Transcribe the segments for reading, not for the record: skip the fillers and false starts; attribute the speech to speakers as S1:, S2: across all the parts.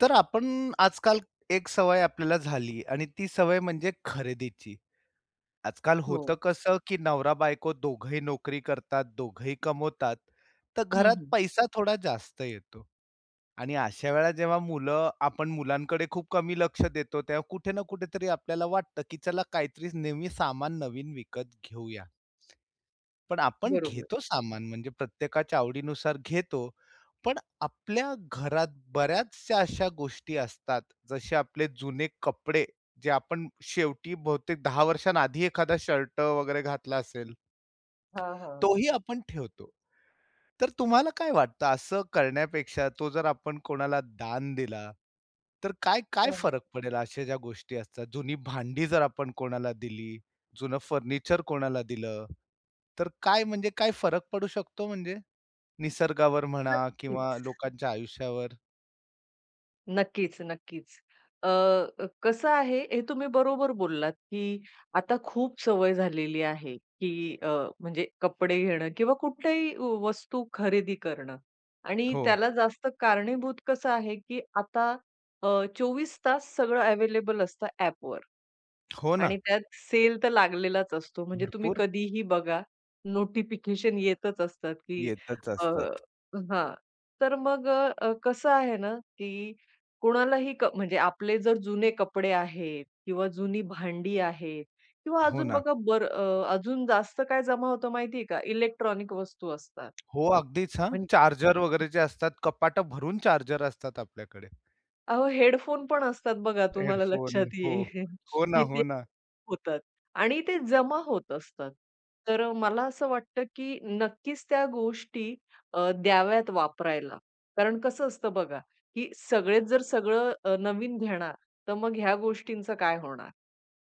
S1: तर आपण आजकाल एक सवय आपल्याला झाली आणि ती सवय म्हणजे खरेदीची. आजकाल
S2: हो.
S1: होतं कसं, की नवरा-बायको दोघंही नोकरी करतात, दोघंही कमवतात, तर
S2: हं,
S1: घरात
S2: हं.
S1: पैसा थोडा जास्त येतो आणि अशा वेळेला जेव्हा मुलं आपण मुलांकडे खूप कमी लक्ष देतो, तेव्हा कुठे ना कुठेतरी आपल्याला वाटतं, की चला काहीतरी नेहमी सामान नवीन विकत घेऊया. पण आपण
S2: बरोबर.
S1: घेतो सामान म्हणजे प्रत्येकाच्या आवडीनुसार घेतो. पण आपल्या घरात बऱ्याचशा अशा गोष्टी असतात, जसे आपले जुने कपडे जे आपण शेवटी बहुतेक 10 वर्षांआधी एखादा शर्ट वगैरे घातला असेल,
S2: हां, हां.
S1: तोही आपण ठेवतो. तर तुम्हाला काय वाटतं असं करण्यापेक्षा तो जर आपण कोणाला दान दिला, तर काय काय
S2: हां, हां.
S1: फरक पडेल अशा ज्या गोष्टी असतात? जुनी भांडी जर आपण कोणाला दिली, जुनं फर्निचर कोणाला दिलं, तर काय म्हणजे काय फरक पडू शकतो म्हणजे? निसर्गावर म्हणा किंवा
S2: नक्कीच.
S1: लोकांच्या आयुष्यावर?
S2: नक्कीच, नक्कीच. अ, अ, कसं आहे, हे तुम्ही बरोबर बोललात, की आता खूप सवय झालेली आहे, की म्हणजे कपडे घेणं किंवा कुठल्याही वस्तू खरेदी करणं आणि
S1: हो.
S2: त्याला जास्त कारणीभूत कसं आहे, की आता अ, 24 तास सगळं अवेलेबल असतं ॲपवर.
S1: हो ना.
S2: आणि त्यात सेल तर लागलेलाच असतो. म्हणजे तुम्ही
S1: भरपूर
S2: कधीही बघा, नोटिफिकेशन येतच असतात, की
S1: येतच
S2: अ,
S1: असतात.
S2: हां. तर मग कसं आहे ना, की कोणालाही म्हणजे आपले जर जुने कपडे आहेत किंवा जुनी भांडी आहेत किंवा
S1: हो
S2: अजून
S1: ना.
S2: अजून जास्त काय जमा होतं माहिती आहे का? इलेक्ट्रॉनिक वस्तू असतात.
S1: हो, अगदीच हां.
S2: म्हण
S1: चार्जर वगैरे जे असतात, कपाटं भरून चार्जर असतात आपल्याकडे.
S2: अहो, हेडफोन पण असतात बघा तुम्हाला
S1: हेडफोन.
S2: लक्षात
S1: हो.
S2: येईल,
S1: हो ना,
S2: की
S1: हो
S2: ते
S1: ना.
S2: होतात आणि ते जमा होत असतात. तर मला असं वाटतं, की नक्कीच त्या गोष्टी द्याव्यात वापरायला. कारण कसं असतं बघा, की सगळेच जर सगळं नवीन घेणार, तर मग ह्या गोष्टींचं काय होणार?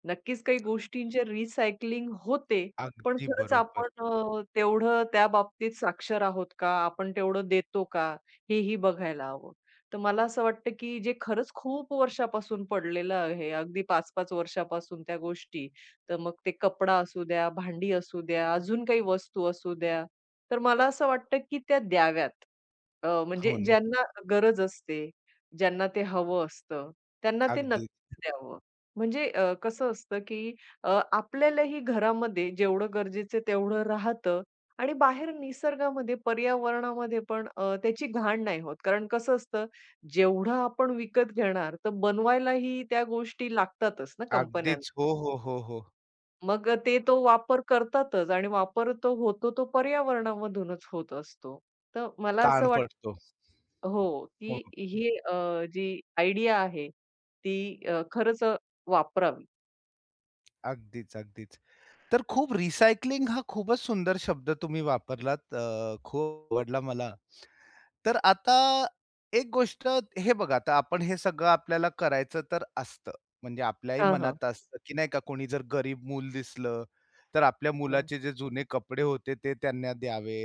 S2: नक्कीच काही गोष्टींचे रिसायकलिंग होते. पण
S1: अगदी
S2: खरंच
S1: बरोबर.
S2: आपण तेवढं त्या बाबतीत साक्षर आहोत का? आपण तेवढं देतो का? हेही बघायला हवं. तर मला असं वाटतं, की जे खरंच खूप वर्षापासून पडलेलं आहे, अगदी 5-5 वर्षापासून त्या गोष्टी, तर मग ते कपडा असू द्या, भांडी असू द्या, अजून काही वस्तू असू द्या, तर मला असं वाटतं, की त्या द्याव्यात. म्हणजे
S1: हो ना.
S2: ज्यांना गरज असते, ज्यांना ते हवं असतं, त्यांना ते
S1: अगदीच,
S2: नक्कीच द्यावं. म्हणजे कसं असतं, की आपल्यालाही घरामध्ये जेवढं गरजेचं आहे तेवढं राहतं आणि बाहेर निसर्गामध्ये, पर्यावरणामध्ये पण त्याची घाण नाही होत. कारण कसं असतं, जेवढं आपण विकत घेणार, तर बनवायलाही त्या गोष्टी लागतातच ना कंपन्यांना.
S1: अगदीच. हो, हो, हो, हो.
S2: मग ते तो वापर करतातच आणि वापर तो होतो तो पर्यावरणामधूनच होत असतो. तर मला
S1: ताण
S2: असं वाटतं
S1: पडतो.
S2: हो,
S1: हो,
S2: की
S1: हो.
S2: ही जी आयडिया आहे, ती खरंच वापरावी.
S1: अगदीच, अगदीच. तर खूप रिसायकलिंग हा खूपच सुंदर शब्द तुम्ही वापरलात. खूप आवडला मला. तर आता एक गोष्ट हे बघा, आता आपण हे सगळं आपल्याला करायचं तर असतं. म्हणजे आपल्याही
S2: हां, हां.
S1: मनात असतं, की नाही का कोणी जर गरीब मूल दिसलं, तर आपल्या मुलाचे जे जुने कपडे होते ते त्यांना द्यावे.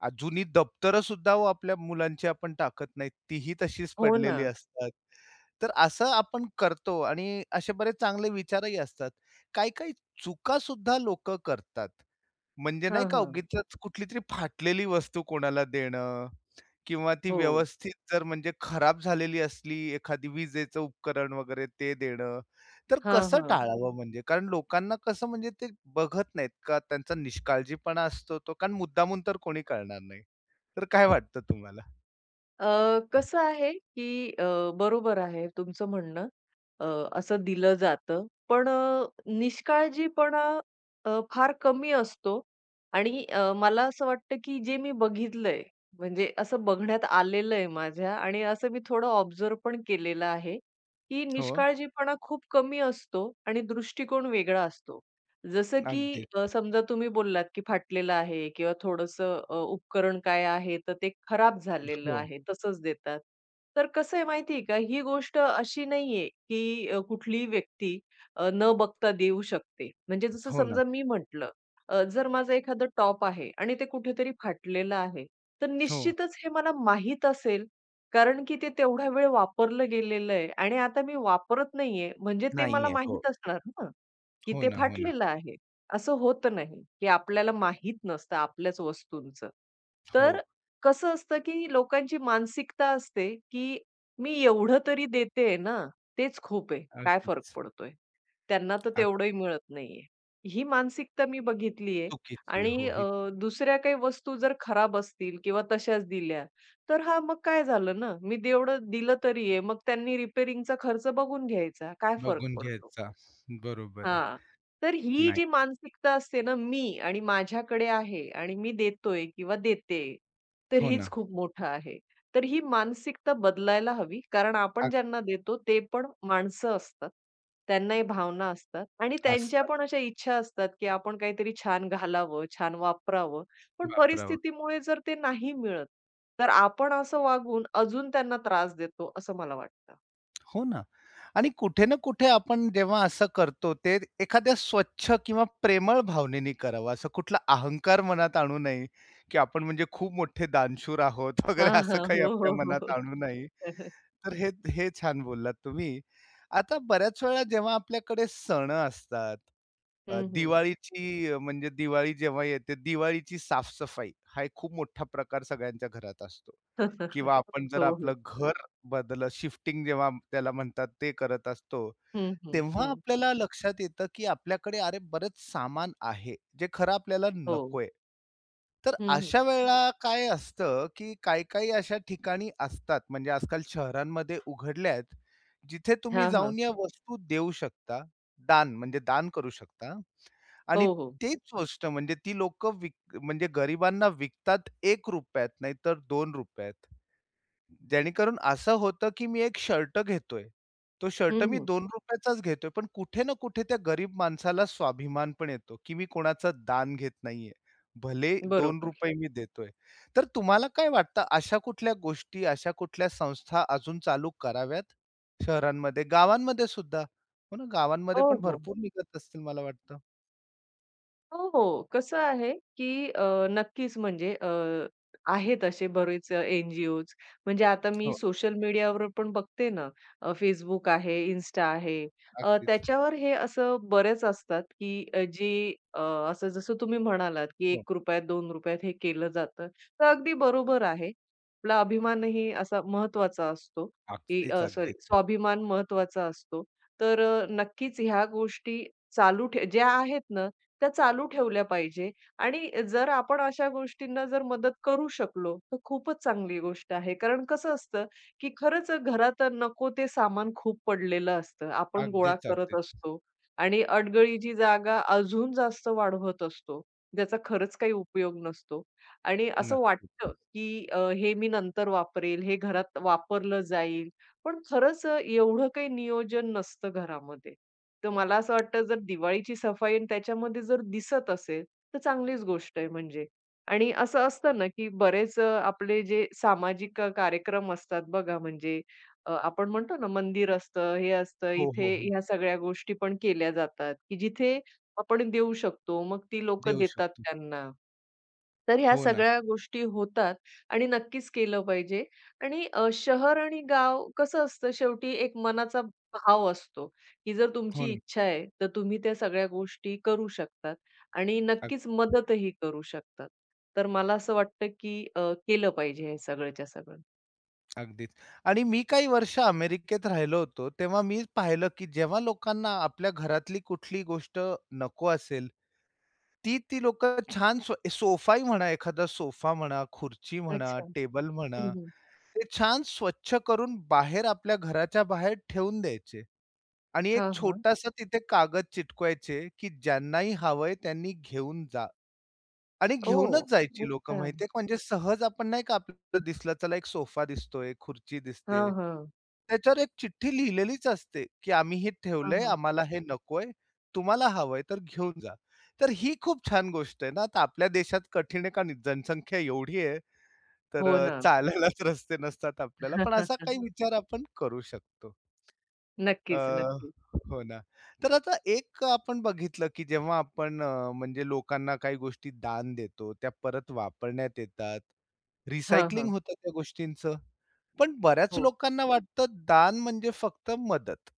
S1: जुनी दप्तरं सुद्धा हो आपल्या मुलांची आपण टाकत नाही. तीही तशीच
S2: हो ना.
S1: पडलेली असतात. तर असं आपण करतो आणि असे बरेच चांगले विचारही असतात. काही-काही चुका सुद्धा लोकं करतात. म्हणजे
S2: हां,
S1: नाही का
S2: हां.
S1: उगीचच कुठलीतरी फाटलेली वस्तू कोणाला देणं किंवा ती
S2: हो.
S1: व्यवस्थित जर म्हणजे खराब झालेली असली, एखादी विजेचं उपकरण वगैरे ते देणं. तर
S2: हां,
S1: कसं
S2: हां.
S1: टाळावं म्हणजे? कारण लोकांना कसं म्हणजे ते बघत नाहीत का त्यांचा निष्काळजीपणा असतो तो, कारण मुद्दामून तर कोणी करणार नाही. तर काय वाटतं तुम्हाला?
S2: कसं आहे, की बरोबर आहे तुमचं म्हणणं. अ, असं दिलं जातं. पण निष्काळजीपणा फार कमी असतो आणि मला असं वाटतं, की जे मी बघितलंय, म्हणजे असं बघण्यात आलेलं आहे माझ्या आणि असं मी थोडं ऑब्झर्व्ह पण केलेलं आहे, की
S1: हो,
S2: निष्काळजीपणा खूप कमी असतो आणि दृष्टिकोन वेगळा असतो. जसं की
S1: अगदी.
S2: समजा तुम्ही बोललात, की फाटलेलं आहे किंवा थोडंसं उपकरण काय आहे, तर ते खराब झालेलं
S1: हो,
S2: आहे, तसंच देतात. तर कसं आहे माहिती आहे का, ही गोष्ट अशी नाहीये, की कुठलीही व्यक्ती न बघता देऊ शकते. म्हणजे जसं
S1: हो ना.
S2: समजा मी म्हटलं, जर माझं एखादं टॉप आहे आणि ते कुठेतरी फाटलेलं आहे, तर
S1: हो,
S2: निश्चितच हे मला माहीत असेल, कारण की ते तेवढा वेळ वापरलं गेलेलं आहे आणि आता मी वापरत नाहीये, म्हणजे ते मला
S1: नाहीये. हो,
S2: माहीत असणार ना. की
S1: हो
S2: ते
S1: ना, हो ना.
S2: फाटलेलं आहे. असं होत नाही, की आपल्याला माहित नसतं आपल्याच वस्तूंचं. तर
S1: हो,
S2: कसं असतं, की लोकांची मानसिकता असते, की मी एवढं तरी देतेय ना, तेच खूप आहे. काय फरक
S1: अगदीच.
S2: पडतोय? त्यांना तर
S1: अग
S2: तेवढंही मिळत नाहीये. ही मानसिकता मी बघितली आहे
S1: चुकीची आहे.
S2: आणि
S1: हो, ही
S2: दुसऱ्या काही वस्तू जर खराब असतील किंवा तशाच दिल्या, तर हां, मग काय झालं ना, मी तेवढं दिलं तरी आहे. मग त्यांनी रिपेअरिंगचा खर्च बघून घ्यायचा. काय फरक
S1: बघून
S2: पडतो?
S1: घ्यायचा. बरोबर
S2: हां.
S1: आहे.
S2: तर ही
S1: नाही.
S2: जी मानसिकता असते ना, मी आणि माझ्याकडे आहे आणि मी देतोय किंवा देते, तर
S1: हो
S2: हेच
S1: ना.
S2: खूप मोठं आहे. तर ही मानसिकता बदलायला हवी, कारण आपण
S1: अग
S2: ज्यांना देतो ते पण माणसं असतात. त्यांनाही भावना असतात आणि त्यांच्या
S1: असतात.
S2: पण अशा इच्छा असतात, की आपण काहीतरी छान घालावं, छान वापरावं. पण
S1: वापरावं.
S2: परिस्थितीमुळे जर ते नाही मिळत, तर आपण असं वागून अजून त्यांना त्रास देतो, असं मला वाटतं.
S1: हो ना. आणि कुठे ना कुठे आपण जेव्हा असं करतो, ते एखाद्या स्वच्छ किंवा प्रेमळ भावनेने करावं. असं कुठला अहंकार मनात आणू नये, की आपण म्हणजे खूप मोठे दानशूर आहोत वगैरे
S2: हां,
S1: असं
S2: हां.
S1: काही
S2: हो,
S1: आपल्या
S2: हो, हो,
S1: मनात
S2: हो.
S1: आणू नये. तर हे हे छान बोललात तुम्ही. आता बऱ्याच वेळा जेव्हा आपल्याकडे सण असतात,
S2: हं, हं.
S1: दिवाळीची म्हणजे दिवाळी जेव्हा येते, दिवाळीची साफ हा एक खूप मोठा प्रकार सगळ्यांच्या घरात असतो. किंवा आपण जर
S2: हो, हो.
S1: आपलं घर शिफ्टिंग जेव्हा त्याला म्हणतात ते करत असतो,
S2: हं, हं,
S1: तेव्हा
S2: हं.
S1: आपल्याला लक्षात येतं, की आपल्याकडे अरे बरंच सामान आहे, जे खरं आपल्याला
S2: हो.
S1: नकोय. तर
S2: हं, हं.
S1: अशा वेळेला काय असतं, की काही-काही अशा ठिकाणी असतात म्हणजे आजकाल शहरांमध्ये उघडल्या आहेत, जिथे तुम्ही
S2: हां, हां.
S1: जाऊन या वस्तू देऊ शकता. दान म्हणजे दान करू शकता आणि
S2: हो, हो.
S1: तीच गोष्ट म्हणजे ती लोकं म्हणजे गरिबांना विकतात ₹1 त नाहीतर ₹2त. जेणेकरून असं होतं, की मी एक शर्ट घेतोय. तो शर्ट
S2: हं,
S1: मी
S2: हं.
S1: ₹2 चाच घेतोय, पण कुठे ना कुठे त्या गरीब माणसाला स्वाभिमान पण येतो, की मी कोणाचा दान घेत नाहीये. भले
S2: बरोबर.
S1: ₹2 मी देतोय. तर तुम्हाला काय वाटतं अशा कुठल्या गोष्टी, अशा कुठल्या संस्था अजून चालू कराव्यात शहरांमध्ये, गावांमध्ये सुद्धा? हो ना, गावांमध्ये
S2: हो,
S1: पण
S2: हो.
S1: भरपूर निघत असतील मला वाटतं.
S2: हो, हो. कसं आहे, की नक्कीच म्हणजे आहेत असे बरेच एन-जी-ओज. म्हणजे आता मी
S1: हो,
S2: सोशल मीडियावर पण बघते ना, Facebook आहे, Insta आहे.
S1: अगदीच.
S2: त्याच्यावर हे असं बरेच असतात, की जे अ, असं जसं तुम्ही म्हणालात, की
S1: हो,
S2: ₹1, ₹2 हे केलं जातं. तर अगदी बरोबर आहे. आपला अभिमानही असा महत्त्वाचा असतो, की
S1: अगदीच,
S2: सॉरी
S1: अगदीच.
S2: स्वाभिमान महत्त्वाचा असतो. तर नक्कीच ह्या गोष्टी चालू ठे ज्या आहेत ना, त्या चालू ठेवल्या पाहिजे आणि जर आपण अशा गोष्टींना जर मदत करू शकलो, तर खूपच चांगली गोष्ट आहे. कारण कसं असतं, की खरंच घरात नको ते सामान खूप पडलेलं असतं. आपण गोळा
S1: अगदीच,
S2: करत
S1: अगदीच.
S2: असतो आणि अडगळीची जागा अजून जास्त वाढवत असतो. ज्याचा खरंच काही उपयोग नसतो आणि असं वाटतं,
S1: नक्कीच.
S2: की हे मी नंतर वापरेल, हे घरात वापरलं जाईल. पण खरंच एवढं काही नियोजन नसतं घरामध्ये. तर मला असं वाटतं जर दिवाळीची सफाई आणि त्याच्यामध्ये जर दिसत असेल, तर चांगलीच गोष्ट आहे म्हणजे. आणि असं असतं ना, की बरेच आपले जे सामाजिक कार्यक्रम असतात बघा म्हणजे आपण म्हणतो ना मंदिर असतं, हे असतं,
S1: हो, हो,
S2: इथे
S1: हो.
S2: ह्या सगळ्या गोष्टी पण केल्या जातात, की जिथे आपण देऊ शकतो. मग ती लोकं
S1: देऊ
S2: देतात
S1: शकतो.
S2: त्यांना. तर ह्या
S1: हो ना.
S2: सगळ्या गोष्टी होतात आणि नक्कीच केलं पाहिजे. आणि शहर आणि गाव कसं असतं शेवटी एक मनाचा भाव असतो, की जर
S1: हो
S2: तुमची
S1: ना.
S2: इच्छा आहे, तर तुम्ही त्या सगळ्या गोष्टी करू शकतात आणि
S1: अग
S2: नक्कीच मदतही करू शकतात. तर मला असं वाटतं, की केलं पाहिजे हे सगळंच्या सगळं.
S1: अगदीच. आणि मी काही वर्ष अमेरिकेत राहिलो होतो, तेव्हा मी पाहिलं, की जेव्हा लोकांना आपल्या घरातली कुठली गोष्ट नको असेल, ती ती लोकं छान सोफाही म्हणा, एखादा सोफा म्हणा, खुर्ची म्हणा,
S2: अच्छा.
S1: टेबल म्हणा,
S2: हं, हं.
S1: ते छान स्वच्छ करून बाहेर आपल्या घराच्या बाहेर ठेवून द्यायचे. आणि एक
S2: हां, हां.
S1: छोटासा तिथे कागद चिटकवायचे, की ज्यांनाही हवंय त्यांनी घेऊन जा. आणि घेऊनच जायची लोकं
S2: अच्छा.
S1: माहिती आहे का, म्हणजे सहज आपण नाही का आपल्याला दिसलं, चला एक सोफा दिसतोय, खुर्ची दिसते.
S2: हां, हां.
S1: त्याच्यावर एक चिठ्ठी लिहिलेलीच असते, की आम्ही हे
S2: हां,
S1: ठेवलंय,
S2: हां.
S1: आम्हाला हे नकोय, तुम्हाला हवंय तर घेऊन जा. तर ही खूप छान गोष्ट आहे ना. आता आपल्या देशात कठीण आहे, कारण जनसंख्या एवढी आहे, तर
S2: हो ना.
S1: चालायलाच रस्ते नसतात आपल्याला. पण असा काही विचार आपण करू शकतो. अ,
S2: नक्कीच, नक्कीच.
S1: हो ना. तर आता एक आपण बघितलं, की जेव्हा आपण म्हणजे लोकांना काही गोष्टी दान देतो, त्या परत वापरण्यात येतात.
S2: हां,
S1: रिसायकलिंग
S2: हां.
S1: होतं त्या गोष्टींचं. पण बऱ्याच
S2: हो.
S1: लोकांना वाटतं दान म्हणजे फक्त मदत.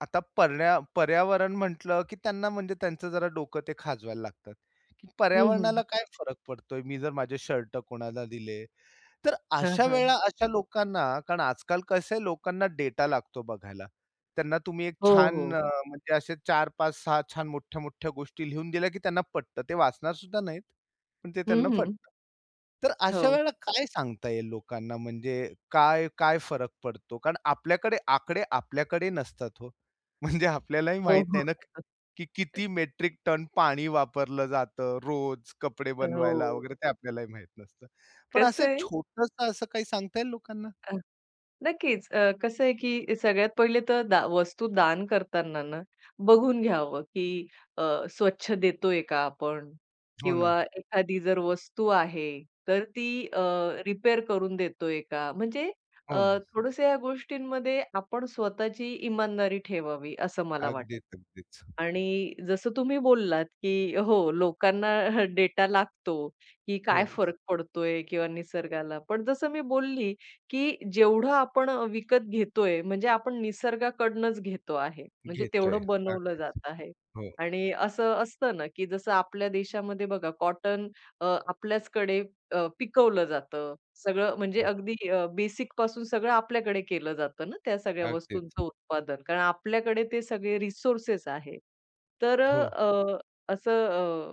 S1: आता पर्यावरण म्हटलं, की त्यांना म्हणजे त्यांचं जरा डोकं ते खाजवायला लागतात, की
S2: हं,
S1: पर्यावरणाला
S2: हं.
S1: काय फरक पडतोय? मी जर माझे शर्ट कोणाला दिले तर
S2: हां,
S1: अशा
S2: हां.
S1: वेळा अशा लोकांना कारण आजकाल कसं आहे लोकांना डेटा लागतो बघायला. त्यांना तुम्ही एक
S2: हो,
S1: छान
S2: हो.
S1: म्हणजे असे 4, 5, 6 छान मोठ्या-मोठ्या गोष्टी लिहून दिल्या, की त्यांना पटतं. ते वाचणार सुद्धा नाहीत, पण ते
S2: हं,
S1: त्यांना
S2: हं.
S1: पटतं. तर अशा
S2: हो.
S1: वेळेला काय सांगता येईल लोकांना म्हणजे काय काय फरक पडतो? कारण आपल्याकडे आकडे आपल्याकडे नसतात हो. म्हणजे आपल्यालाही
S2: हो,
S1: माहीत
S2: हो.
S1: नाही ना, की किती मेट्रिक टन पाणी वापरलं जातं रोज कपडे बनवायला
S2: हो.
S1: वगैरे ते आपल्यालाही माहीत नसतं. पण
S2: कसं
S1: असं
S2: आहे
S1: छोटंसं असं काही सांगता येईल लोकांना?
S2: अ, नक्कीच. कसं आहे की सगळ्यात पहिले तर वस्तू दान करताना ना, बघून घ्यावं की अ, स्वच्छ देतोय का आपण
S1: हो ना,
S2: किंवा एखादी जर वस्तू आहे, तर ती रिपेअर करून देतोय का? म्हणजे अ,
S1: हो ना.
S2: थोडंसं या गोष्टींमध्ये आपण स्वतःची इमानदारी ठेवावी, असं मला वाटतं.
S1: अगदीच, अगदीच.
S2: आणि जसं तुम्ही बोललात, की हो, लोकांना डेटा लागतो, की
S1: हो,
S2: काय फरक पडतोय किंवा निसर्गाला. पण जसं मी बोलली, की जेवढं आपण विकत घेतोय, म्हणजे आपण निसर्गाकडनंच घेतो आहे. म्हणजे
S1: घेतोय.
S2: तेवढं बनवलं
S1: अगदीच.
S2: जात आहे.
S1: हो,
S2: आणि असं असतं ना, की जसं आपल्या देशामध्ये बघा कॉटन आपल्याचकडे पिकवलं जातं. सगळं म्हणजे
S1: हो.
S2: अगदी बेसिक बेसिकपासून सगळं आपल्याकडे केलं जातं ना, त्या सगळ्या
S1: अगदीच.
S2: वस्तूंचं उत्पादन. कारण आपल्याकडे ते सगळे रिसोर्सेस आहे. तर
S1: हो.
S2: असं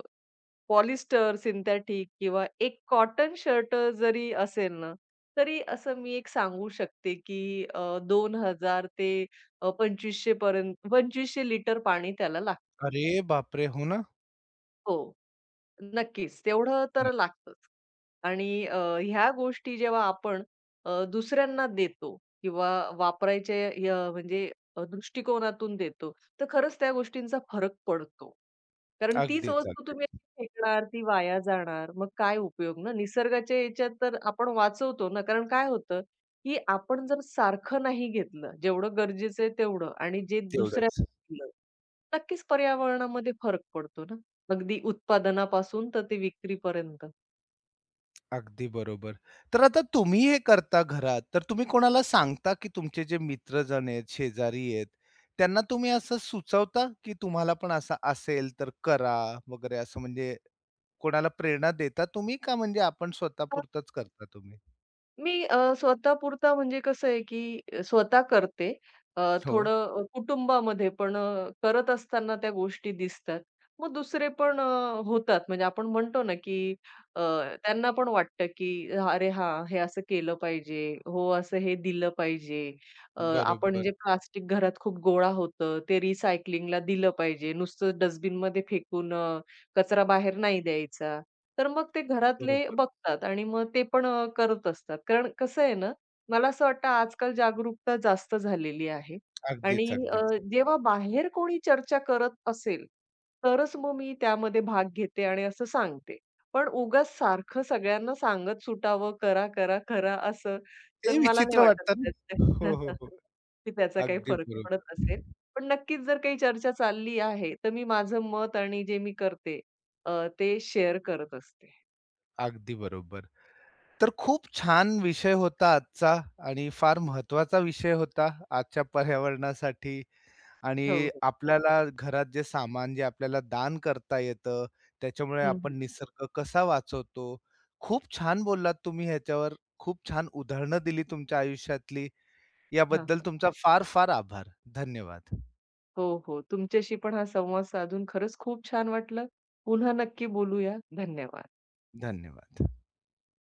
S2: पॉलिस्टर, सिंथेटिक किंवा एक कॉटन शर्ट जरी असेल ना, तरी असं मी एक सांगू शकते, की 2,000 ते 2,500 पर्यंत 2,500 लिटर पाणी त्याला लागतं.
S1: अरे बापरे! हो ना.
S2: हो. नक्कीच. तेवढं तर
S1: नक्कीच.
S2: लागतंच. आणि ह्या गोष्टी जेव्हा आपण दुसऱ्यांना देतो किंवा वापरायचे म्हणजे दृष्टिकोनातून देतो, तर खरंच त्या गोष्टींचा फरक पडतो. कारण तीच
S1: अगदीच,
S2: वस्तू तुम्ही
S1: अगदीच.
S2: अशी फेकणार, ती वाया जाणार, मग काय उपयोग ना? निसर्गाच्या याच्यात तर आपण वाचवतो ना, कारण काय होतं, की आपण जर सारखं नाही घेतलं, जेवढं गरजेचं आहे तेवढं आणि जे
S1: तेवढंच.
S2: दुसऱ्यांना नक्कीच पर्यावरणामध्ये फरक पडतो ना. अगदी उत्पादनापासून तर ते विक्रीपर्यंत.
S1: अगदी बरोबर. तर आता तुम्ही हे करता घरात, तर तुम्ही कोणाला सांगता, की तुमचे जे मित्रजण आहेत, शेजारी आहेत, त्यांना तुम्ही असं सुचवता, की तुम्हाला पण असं असेल तर करा वगैरे असं म्हणजे कोणाला प्रेरणा देता तुम्ही का म्हणजे आपण
S2: अ,
S1: स्वतःपुरतंच करता तुम्ही?
S2: मी स्वतःपुरता म्हणजे कसं आहे, की स्वतः करते. अ,
S1: हो.
S2: थोडं कुटुंबामध्ये पण करत असताना त्या गोष्टी दिसतात. मग दुसरे पण होतात. म्हणजे आपण म्हणतो ना, की अ, त्यांना पण वाटतं, की "अरे हां, हे असं केलं पाहिजे. हो, असं हे दिलं पाहिजे. आपण
S1: बरोबर,
S2: जे प्लास्टिक घरात खूप गोळा होतं, ते रिसायकलिंगला दिलं पाहिजे. नुसतं डस्टबिनमध्ये फेकून कचरा बाहेर नाही द्यायचा." तर मग ते घरातले
S1: बरोबर.
S2: बघतात आणि मग ते पण करत असतात. कारण कसं आहे ना, मला असं वाटतं आजकाल जागरूकता जास्त झालेली आहे
S1: अगदीच,
S2: आणि
S1: अगदीच.
S2: जेव्हा बाहेर कोणी चर्चा करत असेल, तरच मग मी त्यामध्ये भाग घेते आणि असं सांगते. पण उगाच सारखं सगळ्यांना सांगत सुटावं, "करा, करा, करा" असं, तर
S1: ते
S2: मला नाही
S1: विचित्र
S2: वाटत
S1: वाटतं
S2: त्यात
S1: ना. हो, हो, हो.
S2: की त्याचा काही
S1: अगदी
S2: फरक पडत
S1: बरोबर.
S2: असेल. पण नक्कीच जर काही चर्चा चालली आहे, तर मी माझं मत आणि जे मी करते ते शेअर करत असते.
S1: अगदी बरोबर. तर खूप छान विषय होता आजचा आणि फार महत्वाचा विषय होता आजच्या पर्यावरणासाठी
S2: हो,
S1: आणि
S2: हो.
S1: आपल्याला घरात जे सामान जे आपल्याला दान करता येतं, त्याच्यामुळे
S2: हं, हं.
S1: आपण निसर्ग कसा वाचवतो. खूप छान बोललात तुम्ही ह्याच्यावर. खूप छान उदाहरणं दिली तुमच्या आयुष्यातली.
S2: हां,
S1: याबद्दल
S2: हां.
S1: तुमचा फार-फार आभार. धन्यवाद.
S2: हो, हो. तुमच्याशी पण हा संवाद साधून खरंच खूप छान वाटलं. पुन्हा नक्की बोलूया. धन्यवाद.
S1: धन्यवाद.